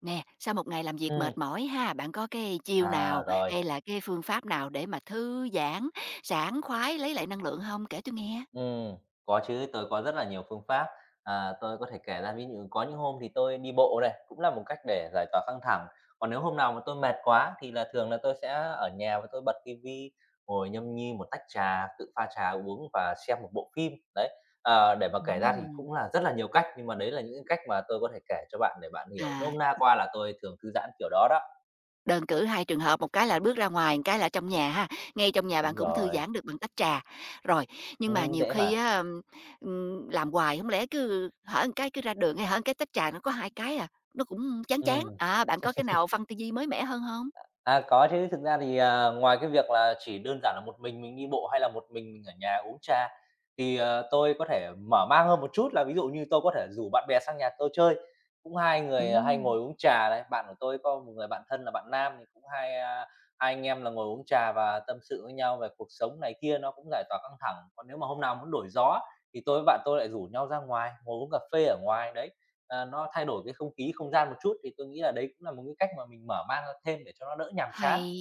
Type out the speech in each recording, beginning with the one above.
Nè, sau một ngày làm việc Ừm, mệt mỏi ha, bạn có cái chiêu à, nào rồi, hay là cái phương pháp nào để mà thư giãn, sảng khoái, lấy lại năng lượng không? Kể tôi nghe. ừm, có chứ, tôi có rất là nhiều phương pháp. À, tôi có thể kể ra ví dụ có những hôm thì tôi đi bộ này, cũng là một cách để giải tỏa căng thẳng. Còn nếu hôm nào mà tôi mệt quá thì là thường là tôi sẽ ở nhà và tôi bật ti ngồi nhâm nhi một tách trà, tự pha trà uống và xem một bộ phim, đấy. Để mà kể ra thì Ừm, cũng là rất là nhiều cách, nhưng mà đấy là những cái cách mà tôi có thể kể cho bạn để bạn hiểu à, nôm na qua là tôi thường thư giãn kiểu đó đó. đơn cử hai trường hợp, một cái là bước ra ngoài, một cái là trong nhà ha. Ngay trong nhà bạn Đúng cũng thư rồi, giãn được bằng tách trà. Rồi, nhưng mà nhiều dễ khi mà, á, ừm, ừm, làm hoài không lẽ cứ hở một cái cứ ra đường hay hở một cái tách trà, nó có 2 cái à, nó cũng chán chán. ừm. À, bạn có cái nào phân tư duy mới mẻ hơn không? À, có chứ, thực ra thì, ngoài cái việc là chỉ đơn giản là một mình đi bộ hay là một mình ở nhà uống trà, thì tôi có thể mở mang hơn một chút là ví dụ như tôi có thể rủ bạn bè sang nhà tôi chơi, cũng hai người, hay Ừm. ngồi uống trà đấy. Bạn của tôi có một người bạn thân là bạn nam thì cũng hay, hai anh em là ngồi uống trà và tâm sự với nhau về cuộc sống này kia, nó cũng giải tỏa căng thẳng. Còn nếu mà hôm nào muốn đổi gió thì tôi với bạn tôi lại rủ nhau ra ngoài, ngồi uống cà phê ở ngoài, đấy. Nó thay đổi cái không khí, không gian một chút thì tôi nghĩ là đấy cũng là một cái cách mà mình mở mang ra thêm để cho nó đỡ nhàm chán. Hay,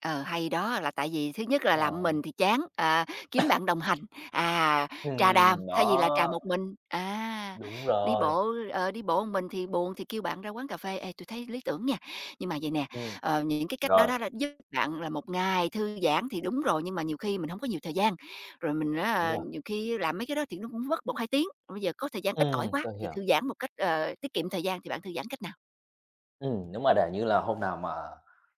hay đó, là tại vì thứ nhất Đúng là làm rồi. mình thì chán, kiếm bạn đồng hành, à, trà đàm, thay vì là trà Đó. một mình, Đúng đi rồi. bộ, đi bộ một mình thì buồn thì kêu bạn ra quán cà phê, ê, tui thấy lý tưởng nha. Nhưng mà vậy nè, Ừm, những cái cách đó rồi, đó là giúp bạn là một ngày thư giãn thì đúng rồi, nhưng mà nhiều khi mình không có nhiều thời gian, rồi mình đúng á rồi, nhiều khi làm mấy cái đó thì nó cũng mất một hai tiếng, bây giờ có thời gian ít ỏi ừm. quá Tôi thì hiểu. thư giãn một cách, tiết kiệm thời gian thì bạn thư giãn cách nào? Nếu mà để như là hôm nào mà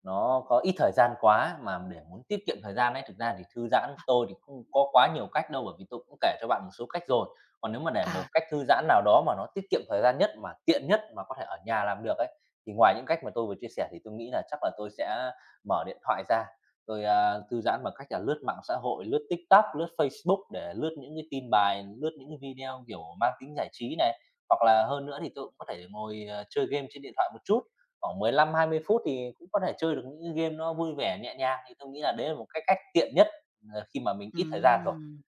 nó có ít thời gian quá mà để muốn tiết kiệm thời gian ấy, thực ra thì thư giãn tôi thì không có quá nhiều cách đâu, bởi vì tôi cũng kể cho bạn một số cách rồi. Còn nếu mà để À, một cách thư giãn nào đó mà nó tiết kiệm thời gian nhất, mà tiện nhất mà có thể ở nhà làm được ấy, thì ngoài những cách mà tôi vừa chia sẻ thì tôi nghĩ là chắc là tôi sẽ mở điện thoại ra, tôi thư giãn bằng cách là lướt mạng xã hội, lướt TikTok, lướt Facebook để lướt những cái tin bài, lướt những cái video, kiểu, mang tính giải trí này. Hoặc là hơn nữa thì tôi cũng có thể ngồi chơi game trên điện thoại một chút. Khoảng 15-20 phút thì cũng có thể chơi được những cái game nó vui vẻ, nhẹ nhàng, thì tôi nghĩ là đấy là một cái cách tiện nhất, khi mà mình ít thời gian rồi. ừm.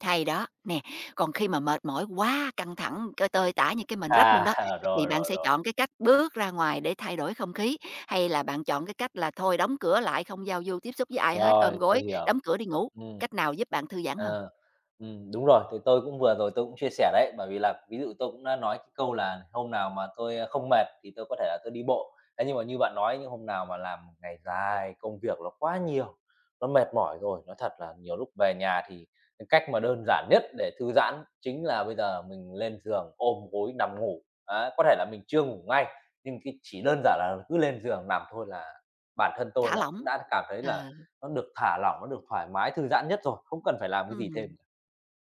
Hay đó, nè, còn khi mà mệt mỏi quá, căng thẳng, c tơi tả như cái mình À, rách luôn đó, thì rồi, bạn rồi, sẽ rồi. chọn cái cách bước ra ngoài để thay đổi không khí, hay là bạn chọn cái cách là thôi đóng cửa lại không giao du tiếp xúc với ai hết, ôm Rồi, tôi gối, hiểu. đóng cửa đi ngủ? Ừm. Cách nào giúp bạn thư giãn hơn? Ờ, Đúng rồi, thì tôi cũng vừa rồi tôi cũng chia sẻ đấy, bởi vì là ví dụ tôi cũng đã nói cái câu là hôm nào mà tôi không mệt thì tôi có thể là tôi đi bộ. Thế nhưng mà như bạn nói, những hôm nào mà làm một ngày dài, công việc nó quá nhiều, nó mệt mỏi rồi, nói thật là nhiều lúc về nhà thì cái cách mà đơn giản nhất để thư giãn chính là bây giờ mình lên giường ôm gối nằm ngủ. Á, có thể là mình chưa ngủ ngay, nhưng cái chỉ đơn giản là cứ lên giường nằm thôi là bản thân tôi Thả là lỏng. cũng đã cảm thấy Ờ, là nó được thả lỏng, nó được thoải mái, thư giãn nhất rồi, không cần phải làm cái gì ừm. thêm cả.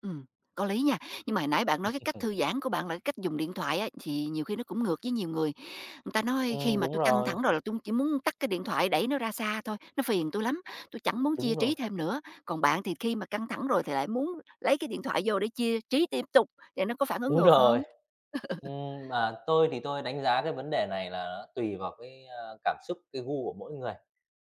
Ừm, có lý nha. Nhưng mà hồi nãy bạn nói cái cách thư giãn của bạn là cái cách dùng điện thoại á, thì nhiều khi nó cũng ngược với nhiều người. Người ta nói khi mà Đúng tôi căng rồi, thẳng rồi là tôi chỉ muốn tắt cái điện thoại đẩy nó ra xa thôi, nó phiền tôi lắm, tôi chẳng muốn chia đúng rồi, trí thêm nữa. Còn bạn thì khi mà căng thẳng rồi thì lại muốn lấy cái điện thoại vô để chia trí tiếp tục, vậy nó có phản ứng đúng ngược rồi. không? Tôi thì tôi đánh giá cái vấn đề này là nó tùy vào cái cảm xúc, cái gu của mỗi người.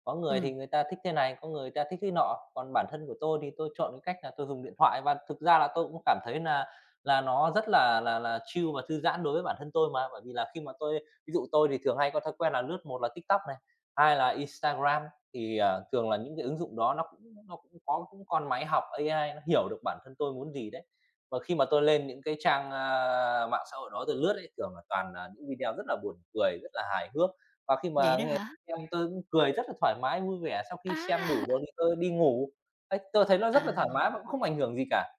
Có người thì Ừm, người ta thích thế này, có người ta thích thế nọ, còn bản thân của tôi thì tôi chọn cái cách là tôi dùng điện thoại và thực ra là tôi cũng cảm thấy là nó rất là chill và thư giãn đối với bản thân tôi mà. Bởi vì là khi mà tôi ví dụ tôi thì thường hay có thói quen là lướt một là TikTok này, hai là Instagram, thì thường là những cái ứng dụng đó nó cũng có cũng con máy học AI, nó hiểu được bản thân tôi muốn gì đấy mà khi mà tôi lên những cái trang mạng xã hội đó tôi lướt ấy, thường là toàn là những video rất là buồn cười, rất là hài hước. Và khi vậy mà đó nghe hả? em tôi cũng cười rất là thoải mái, vui vẻ sau khi xem đủ À. rồi thì tôi đi ngủ. Ấy, tôi thấy nó rất À. là thoải mái và cũng không ảnh hưởng gì cả.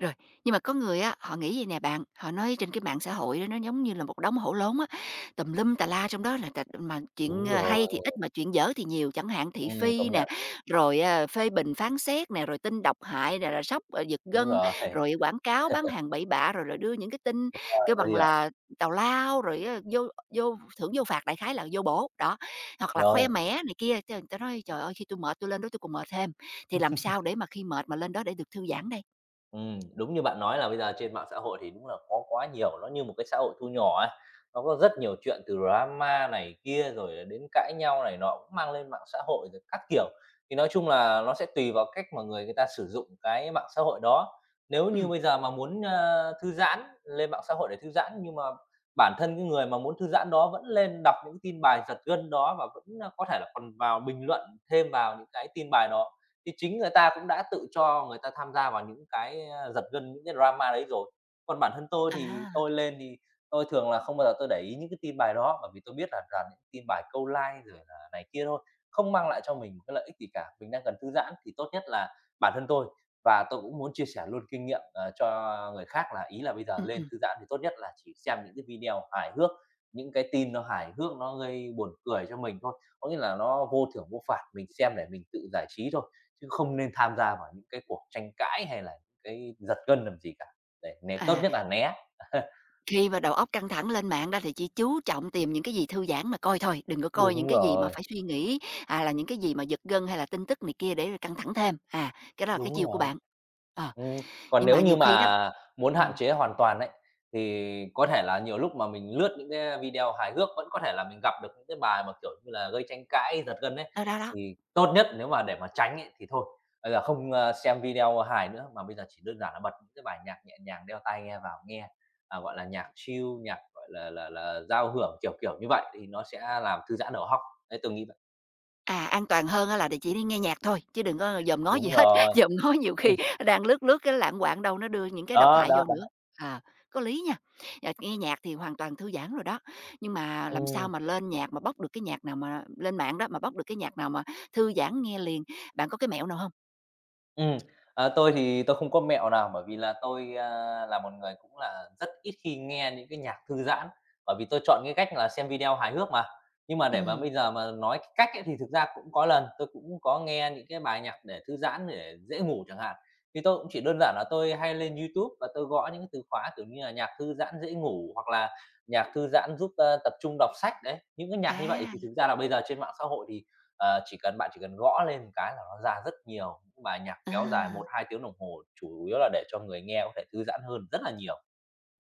Rồi, nhưng mà có người á, họ nghĩ vầy nè bạn, họ nói trên cái mạng xã hội đó nó giống như là một đống hổ lốn á, tùm lum tà la trong đó là t mà chuyện, Đúng hay thì ít rồi, mà chuyện dở thì nhiều, chẳng hạn thị phi công nè, nhận, rồi, phê bình phán xét nè, rồi tin độc hại nè, rồi sốc, giật đúng gân, rồi, rồi quảng cáo bán hàng bậy bạ, rồi rồi đưa những cái tin kêu tôi bằng hiểu, là tào lao, rồi á vô vô thưởng vô phạt, đại khái là vô bổ, đó. Hoặc là khoe rồi. mẽ này kia, cái người ta nói: "Trời ơi, khi tôi mệt tôi lên đó tôi còn mệt thêm." Thì làm sao để mà khi mệt mà lên đó để được thư giãn đây? Đúng như bạn nói là bây giờ trên mạng xã hội thì đúng là có quá nhiều, nó như một cái xã hội thu nhỏ ấy. Nó có rất nhiều chuyện từ drama này kia, rồi đến cãi nhau này nọ cũng mang lên mạng xã hội rồi các kiểu. Thì nói chung là nó sẽ tùy vào cách mà người người ta sử dụng cái mạng xã hội đó. Nếu như Ừ. bây giờ mà muốn thư giãn, lên mạng xã hội để thư giãn, nhưng mà bản thân cái người mà muốn thư giãn đó vẫn lên đọc những tin bài giật gân đó và vẫn có thể là còn vào bình luận thêm vào những cái tin bài đó, thì chính người ta cũng đã tự cho người ta tham gia vào những cái giật gân, những cái drama đấy rồi. Còn bản thân tôi thì À, tôi lên thì tôi thường là không bao giờ tôi để ý những cái tin bài đó, bởi vì tôi biết là toàn những tin bài câu like rồi là này kia thôi, không mang lại cho mình một cái lợi ích gì cả. Mình đang cần thư giãn thì tốt nhất là bản thân tôi và tôi cũng muốn chia sẻ luôn kinh nghiệm, cho người khác là ý là bây giờ ừm, lên ừm. thư giãn thì tốt nhất là chỉ xem những cái video hài hước, những cái tin nó hài hước, nó gây buồn cười cho mình thôi. Có nghĩa là nó vô thưởng vô phạt, mình xem để mình tự giải trí thôi, chứ không nên tham gia vào những cái cuộc tranh cãi hay là những cái giật gân làm gì cả. Để né tốt À, nhất là né. khi mà đầu óc căng thẳng lên mạng đó thì chỉ chú trọng tìm những cái gì thư giãn mà coi thôi, đừng có coi những Đúng cái gì mà rồi, phải suy nghĩ, à, là những cái gì mà giật gân hay là tin tức này kia để rồi căng thẳng thêm. À, cái đó là cái đúng chiêu của rồi. bạn. Ờ, Ừm, còn nhưng mà nếu như nhiều khi đó mà muốn hạn ừm, chế hoàn toàn ấy, thì có thể là nhiều lúc mà mình lướt những cái video hài hước vẫn có thể là mình gặp được những cái bài mà, kiểu như là, gây tranh cãi, giật gân ấy. đó, đó, đó. Thì tốt nhất nếu mà để mà tránh ấy thì thôi, bây giờ không xem video hài nữa, mà bây giờ chỉ đơn giản là bật những cái bài nhạc nhẹ nhàng, đeo tai nghe vào nghe, gọi là, nhạc chill, nhạc, gọi là, giao hưởng, kiểu kiểu như vậy, thì nó sẽ làm thư giãn đầu óc. Đấy, tôi nghĩ vậy. À, an toàn hơn á là để chỉ đi nghe nhạc thôi, chứ đừng có dòm ngó gì Đúng hết, rồi, dòm ngó nhiều khi đang lướt lướt cái lạng quạng đâu nó đưa những cái độc đó, hại đó, vô đó. nữa. À, có lý nha, à, nghe nhạc thì hoàn toàn thư giãn rồi đó, nhưng mà làm sao Ừm. mà lên nhạc mà bóc được cái nhạc nào mà lên mạng đó, mà bóc được cái nhạc nào mà thư giãn nghe liền, bạn có cái mẹo nào không? Ừ, tôi thì tôi không có mẹo nào bởi vì là tôi là một người cũng là rất ít khi nghe những cái nhạc thư giãn, bởi vì tôi chọn cái cách là xem video hài hước mà. Nhưng mà để mà Ừm, bây giờ mà nói cái cách ấy thì thực ra cũng có lần tôi cũng có nghe những cái bài nhạc để thư giãn để dễ ngủ chẳng hạn, thì tôi cũng chỉ đơn giản là tôi hay lên YouTube và tôi gõ những cái từ khóa, kiểu như là, nhạc thư giãn dễ ngủ hoặc là nhạc thư giãn giúp tập trung đọc sách đấy. Những cái nhạc như vậy à, thì thực ra là bây giờ trên mạng xã hội thì chỉ cần bạn chỉ cần gõ lên một cái là nó ra rất nhiều những bài nhạc kéo dài à, một hai tiếng đồng hồ, chủ yếu là để cho người nghe có thể thư giãn hơn rất là nhiều.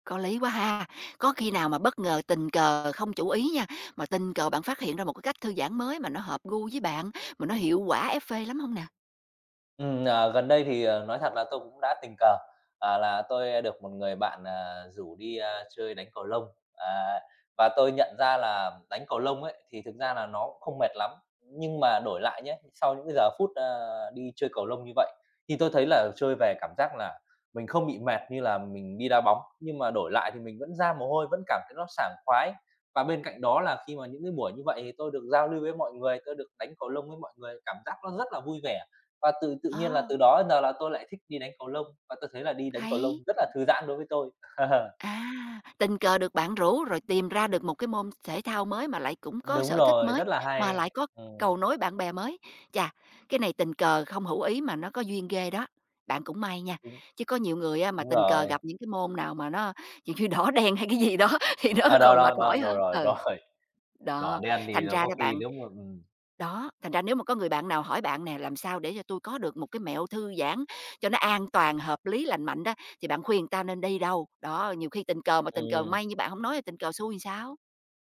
có lý quá ha. Có khi nào mà bất ngờ tình cờ không chủ ý nha, mà tình cờ bạn phát hiện ra một cái cách thư giãn mới mà nó hợp gu với bạn, mà nó hiệu quả, ép phê lắm không nè? Ờ, Gần đây thì, nói thật là tôi cũng đã tình cờ, là tôi được một người bạn rủ đi chơi đánh cầu lông. À, và tôi nhận ra là đánh cầu lông ấy, thì thực ra là nó cũng không mệt lắm, nhưng mà đổi lại nhé sau những cái giờ phút, đi chơi cầu lông như vậy, thì tôi thấy là chơi về cảm giác là mình không bị mệt như là mình đi đá bóng, nhưng mà đổi lại thì mình vẫn ra mồ hôi, vẫn cảm thấy nó sảng khoái. Và bên cạnh đó là khi mà những cái buổi như vậy thì tôi được giao lưu với mọi người, tôi được đánh cầu lông với mọi người, cảm giác nó rất là vui vẻ. Và tự tự Ờ. nhiên là từ đó đến giờ là tôi lại thích đi đánh cầu lông, và tôi thấy là đi đánh cầu Hay! lông rất là thư giãn đối với tôi. À, tình cờ được bạn rủ rồi tìm ra được một cái môn thể thao mới mà lại cũng có Đúng sở thích rồi, mới, rất là mà lại hay. có cầu nối bạn bè mới. Chà, cái này tình cờ không hữu ý mà nó có duyên ghê đó, bạn cũng may nha. Đúng, Chứ có nhiều người á mà đúng tình cờ rồi. gặp những cái môn nào mà nó, kiểu như, đỏ đen hay cái gì đó thì nó À, đó, còn đó, mệt đó, mỏi rồi, hơn. rồi, Ừ, rồi, đỏ đó, đen thì thành nó ra có đó khi bạn. nếu mà. Đó, thành ra nếu mà có người bạn nào hỏi bạn nè, làm sao để cho tôi có được một cái mẹo thư giãn cho nó an toàn, hợp lý, lành mạnh đó, thì bạn khuyên người ta nên đi đâu? Đó, nhiều khi tình cờ mà tình cờ Ừm, may như bạn không nói, là tình cờ xui làm sao?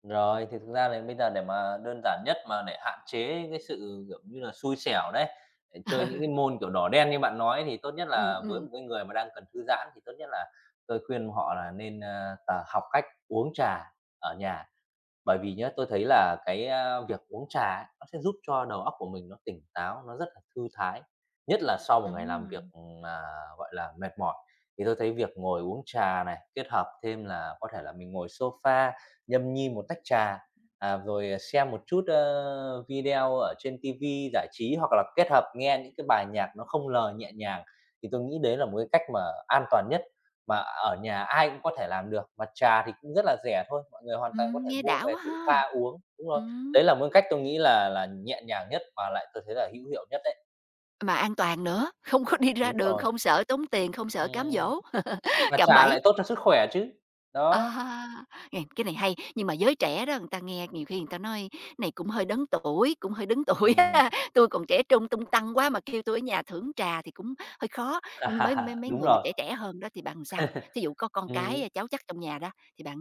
rồi, thì thực ra là bây giờ để mà đơn giản nhất mà để hạn chế cái sự, kiểu như là, xui xẻo đấy, để chơi những cái môn, kiểu, đỏ đen như bạn nói thì tốt nhất Ừ, là với ừm, một cái người mà đang cần thư giãn thì tốt nhất là tôi khuyên họ là nên, a, tà học cách uống trà ở nhà. Bởi vì nhá, tôi thấy là cái việc uống trà ấy, nó sẽ giúp cho đầu óc của mình nó tỉnh táo, nó rất là thư thái, nhất là sau một ngày làm việc, ừm. mà, gọi là, mệt mỏi. Thì tôi thấy việc ngồi uống trà này, kết hợp thêm là có thể là mình ngồi sofa, nhâm nhi một tách trà, rồi xem một chút, video ở trên tivi giải trí, hoặc là kết hợp nghe những cái bài nhạc nó không lời nhẹ nhàng, thì tôi nghĩ đấy là một cái cách mà an toàn nhất mà ở nhà ai cũng có thể làm được, mà trà thì cũng rất là rẻ thôi, mọi người hoàn toàn có thể nghe mua đã về quá tự ha! pha uống. Đúng rồi, Ừm, đấy là một cách tôi nghĩ là nhẹ nhàng nhất mà lại tôi thấy là hữu hiệu nhất đấy. mà an toàn nữa, không có đi ra Đúng đường, rồi. không sợ tốn tiền, không sợ cám Ừm, dỗ, mà cạm trà bẫy. lại tốt cho sức khỏe chứ. Đó. À, nghe cái này hay, nhưng mà giới trẻ đó người ta nghe nhiều khi người ta nói: "Này cũng hơi đấng tuổi, cũng hơi đấng tuổi Ừm. ha, tui còn trẻ trung tung tăng quá mà kêu tôi ở nhà thưởng trà thì cũng hơi khó." Nhưng mấy mấy mấy Đúng người mà trẻ rồi. trẻ hơn đó thì bạn sao? Thí dụ có con cái, Ừm. à, cháu chắc trong nhà đó, thì bạn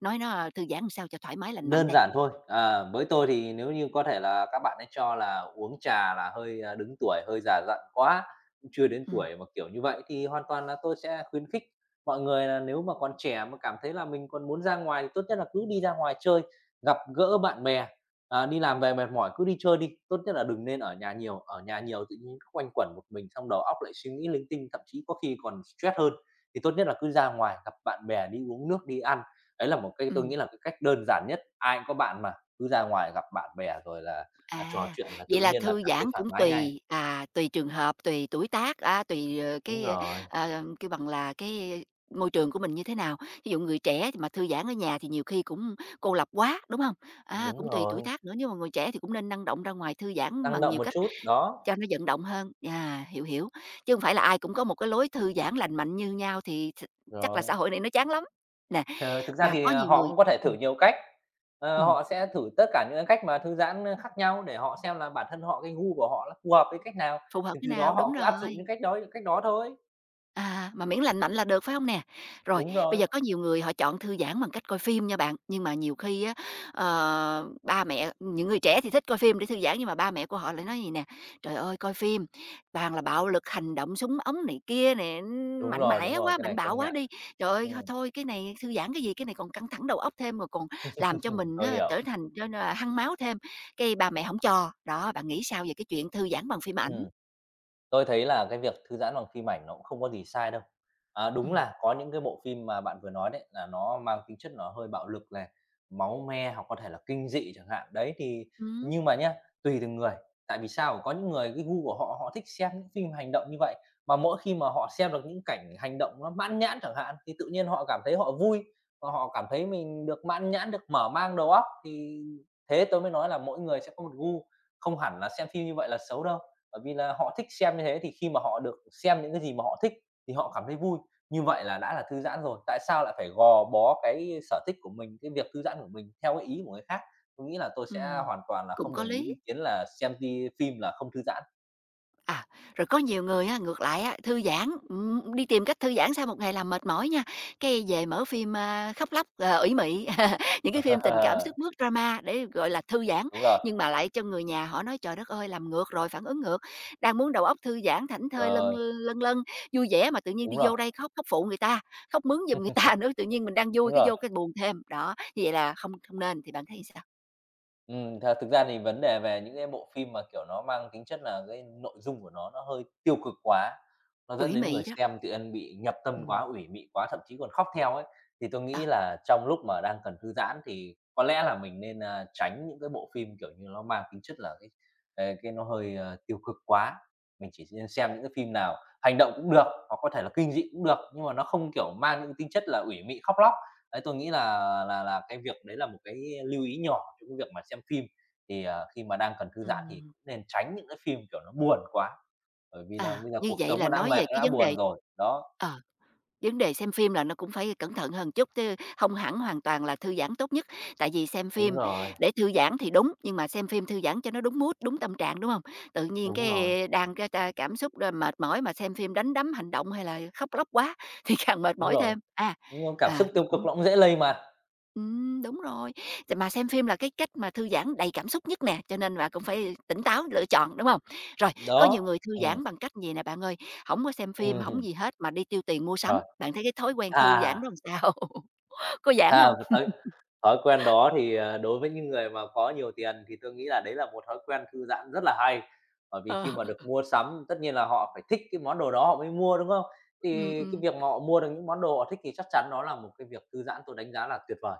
nói nó thư giãn làm sao cho thoải mái lành mạnh Đơn đây? giản thôi, với tôi thì nếu như có thể là các bạn ấy cho là uống trà là hơi đứng tuổi, hơi già dặn quá, cũng chưa đến Ừm, tuổi mà kiểu như vậy, thì hoàn toàn là tôi sẽ khuyến khích mọi người là nếu mà còn trẻ mà cảm thấy là mình còn muốn ra ngoài thì tốt nhất là cứ đi ra ngoài chơi, gặp gỡ bạn bè, đi làm về mệt mỏi cứ đi chơi đi, tốt nhất là đừng nên ở nhà nhiều tự nhiên cứ quanh quẩn một mình xong đầu óc lại suy nghĩ linh tinh, thậm chí có khi còn stress hơn. Thì tốt nhất là cứ ra ngoài gặp bạn bè, đi uống nước, đi ăn. Đấy là một cái tôi ừm. nghĩ là cái cách đơn giản nhất, ai cũng có bạn mà, cứ ra ngoài gặp bạn bè rồi là, trò À, chuyện là vậy tự là nhiên là thư cảm thấy giãn thoải cũng mái ngay. tùy, à, tùy trường hợp, tùy tuổi tác, à, tùy, Đúng cái, rồi, kêu bằng là, cái môi trường của mình như thế nào. Ví dụ người trẻ thì mà thư giãn ở nhà thì nhiều khi cũng cô lập quá, đúng không? À, đúng cũng tùy tuổi rồi, tác nữa, nhưng mà người trẻ thì cũng nên năng động ra ngoài thư giãn năng bằng động nhiều một cách chút, đó, cho nó vận động hơn. À, hiểu, hiểu, chứ không phải là ai cũng có một cái lối thư giãn lành mạnh như nhau thì th chắc là rồi. xã hội này nó chán lắm. Nè, Ờ, Thực ra mà thì, có nhiều họ người cũng có thể thử ừm, nhiều cách, ừm, họ sẽ thử tất cả những cái cách mà thư giãn, khác nhau để họ xem là bản thân họ, cái gu của họ nó phù hợp với cách nào, phù hợp thì thế từ đó nào đúng họ cứ áp dụng rồi. Những cách đó thôi. À, mà miễn lành mạnh là được, phải không nè? Rồi, Đúng bây rồi, giờ có nhiều người họ chọn thư giãn bằng cách coi phim nha bạn, nhưng mà nhiều khi á, ba mẹ những người trẻ thì thích coi phim để thư giãn, nhưng mà ba mẹ của họ lại nói gì nè: "Trời ơi, coi phim toàn là bạo lực, hành động, súng ống này kia nè, n- đúng mạnh rồi, đúng mẽ rồi, quá, cái mạnh này bạo công quá nhận. đi. Trời ơi, thôi Ừm, thôi cái này thư giãn cái gì, cái này còn căng thẳng đầu óc thêm, rồi còn làm cho mình tôi á trở hiểu. thành cho nên là hăng máu thêm." Cái ba mẹ không cho. Đó, bạn nghĩ sao về cái chuyện thư giãn bằng phim ảnh? Ừm. Tôi thấy là cái việc thư giãn bằng phim ảnh nó cũng không có gì sai đâu. À, đúng Ừm. là có những cái bộ phim mà bạn vừa nói đấy là nó mang tính chất nó hơi bạo lực này, máu me hoặc có thể là kinh dị chẳng hạn. Đấy thì Ừm, nhưng mà nhá, tùy từng người. Tại vì sao? Có những người cái gu của họ, họ thích xem những phim hành động như vậy, mà mỗi khi mà họ xem được những cảnh hành động nó mãn nhãn chẳng hạn, thì tự nhiên họ cảm thấy họ vui và họ cảm thấy mình được mãn nhãn, được mở mang đầu óc. Thì thế tôi mới nói là mỗi người sẽ có một gu, không hẳn là xem phim như vậy là xấu đâu. Bởi vì là họ thích xem như thế thì khi mà họ được xem những cái gì mà họ thích thì họ cảm thấy vui, như vậy là đã là thư giãn rồi. Tại sao lại phải gò bó cái sở thích của mình, cái việc thư giãn của mình theo cái ý của người khác? Tôi nghĩ là tôi sẽ ừm, hoàn toàn là cũng không có đồng ý lý. ý kiến là xem ti phim là không thư giãn. À, rồi có nhiều người á, ngược lại á, thư giãn, đi tìm cách thư giãn sau một ngày làm mệt mỏi nha, cái về mở phim, khóc lóc, ủy mị, những cái phim tình cảm sức mướt drama để, gọi là, thư giãn, Đúng rồi, nhưng mà lại cho người nhà họ nói: "Trời đất ơi, làm ngược rồi, phản ứng ngược, đang muốn đầu óc thư giãn, thảnh thơi, lân rồi, lân lân vui vẻ mà tự nhiên đúng đi rồi, vô đây khóc khóc phụ người ta, khóc mướn giùm người ta nữa, tự nhiên mình đang vui đúng cái rồi. vô cái buồn thêm." Đó, như vậy là không không nên, thì bạn thấy sao? Thật Thực ra thì vấn đề về những cái bộ phim mà, kiểu, nó mang tính chất là cái nội dung của nó hơi tiêu cực quá, nó dẫn Ủy đến người mị đó, xem tự nhiên bị nhập tâm ừm, quá, ủy mị quá, thậm chí còn khóc theo ấy, thì tôi ờ, nghĩ là trong lúc mà đang cần thư giãn thì có lẽ là mình nên, tránh những cái bộ phim, kiểu như, nó mang tính chất là cái nó hơi tiêu cực quá. Mình chỉ nên xem những cái phim nào hành động cũng được, hoặc có thể là kinh dị cũng được, nhưng mà nó không, kiểu, mang những tính chất là ủy mị khóc lóc. Đấy, tôi nghĩ là cái việc đấy là một cái lưu ý nhỏ trong cái việc mà xem phim, thì, khi mà đang cần thư giãn thì ừm. cũng nên tránh những cái phim, kiểu, nó buồn quá, bởi vì là À, bây giờ như cuộc vậy sống là nó đã nói mệt, về nó cái đã vấn buồn đề rồi, đó. ờ, vấn đề xem phim là nó cũng phải cẩn thận hơn chút, chứ không hẳn hoàn toàn là thư giãn tốt nhất. Tại vì xem Đúng phim rồi, để thư giãn thì đúng, nhưng mà xem phim thư giãn cho nó đúng mood, đúng tâm trạng, đúng không? Tự nhiên đúng rồi, cái đang cái ta cảm xúc r mệt mỏi mà xem phim đánh đấm hành động hay là khóc lóc quá thì càng mệt đúng mỏi rồi, thêm. À, đúng rồi, cảm à, xúc nó tiêu cũng cực nó cũng dễ lây mà, ừm, đúng rồi. T mà xem phim là cái cách mà thư giãn đầy cảm xúc nhất nè, cho nên bạn cũng phải tỉnh táo lựa chọn, đúng hông? Rồi, có nhiều đó, người thư giãn bằng cách gì nè bạn ơi, hổng có xem phim, ừm hổng gì hết mà đi tiêu tiền mua sắm, rồi, bạn thấy cái thói quen thư giãn thà đó làm sao? Có giãn thà hông? Thói quen đó thì, đối với những người mà có nhiều tiền thì tôi nghĩ là đấy là một thói quen thư giãn rất là hay. Bởi vì khi Ờ, mà được mua sắm, tất nhiên là họ phải thích cái món đồ đó họ mới mua, đúng không? ừm, Thì cái ừm, việc mà họ mua được những món đồ họ thích thì chắc chắn đó là một cái việc thư giãn tôi đánh giá là tuyệt vời.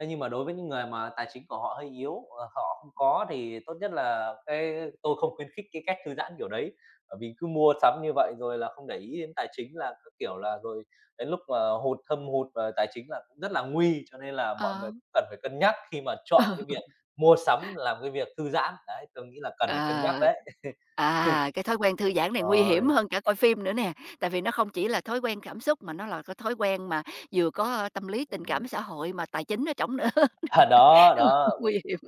Thế nhưng mà đối với những người mà tài chính của họ hơi yếu, họ không có thì tốt nhất là cái tôi không khuyến khích cái cách thư giãn kiểu đấy. Bởi vì cứ mua sắm như vậy rồi là không để ý đến tài chính là các kiểu là rồi đến lúc mà thâm hụt, tài chính là cũng rất là nguy, cho nên là mọi người ờ, cần phải cân nhắc khi mà chọn cái việc mua sắm làm cái việc thư giãn. Đấy, tôi nghĩ là cần ừ, phải cân nhắc ờ, đấy. à, cái thói quen thư giãn này nguy hiểm Rồi. hơn cả coi phim nữa nè, tại vì nó không chỉ là thói quen cảm xúc mà nó là cái thói quen mà vừa có tâm lý, tình cảm, Ừm, xã hội mà tài chính ở trỏng nữa, đó, đó, nguy hiểm.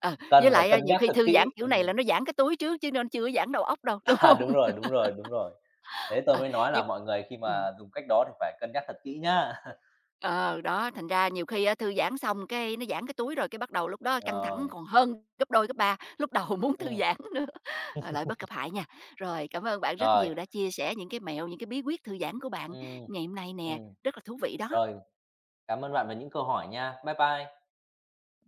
Ờ, với cần phải lại, cân nhiều nhắc khi thật thư giãn kỹ. kiểu này là nó giãn cái túi trước chứ nên chưa giãn đầu óc đâu, đúng không? đúng rồi, đúng rồi, đúng rồi. Thế tôi Ờ, mới nói nhưng là mọi người khi ừm, mà dùng cách đó thì phải cân nhắc thật kỹ nhá. ờ, đó, thành ra nhiều khi á thư giãn xong cái nó giãn cái túi rồi, cái bắt đầu lúc đó căng thẳng Rồi, còn hơn gấp đôi, gấp ba, lúc đầu muốn thư ừm, giãn nữa, lợi bất cập hại nha. Rồi, cảm ơn bạn rất rồi, nhiều đã chia sẻ những cái mẹo, những cái bí quyết thư giãn của bạn ừm, ngày hôm nay nè, ừm, rất là thú vị đó. rồi, cảm ơn bạn về những câu hỏi nha. Bye bye.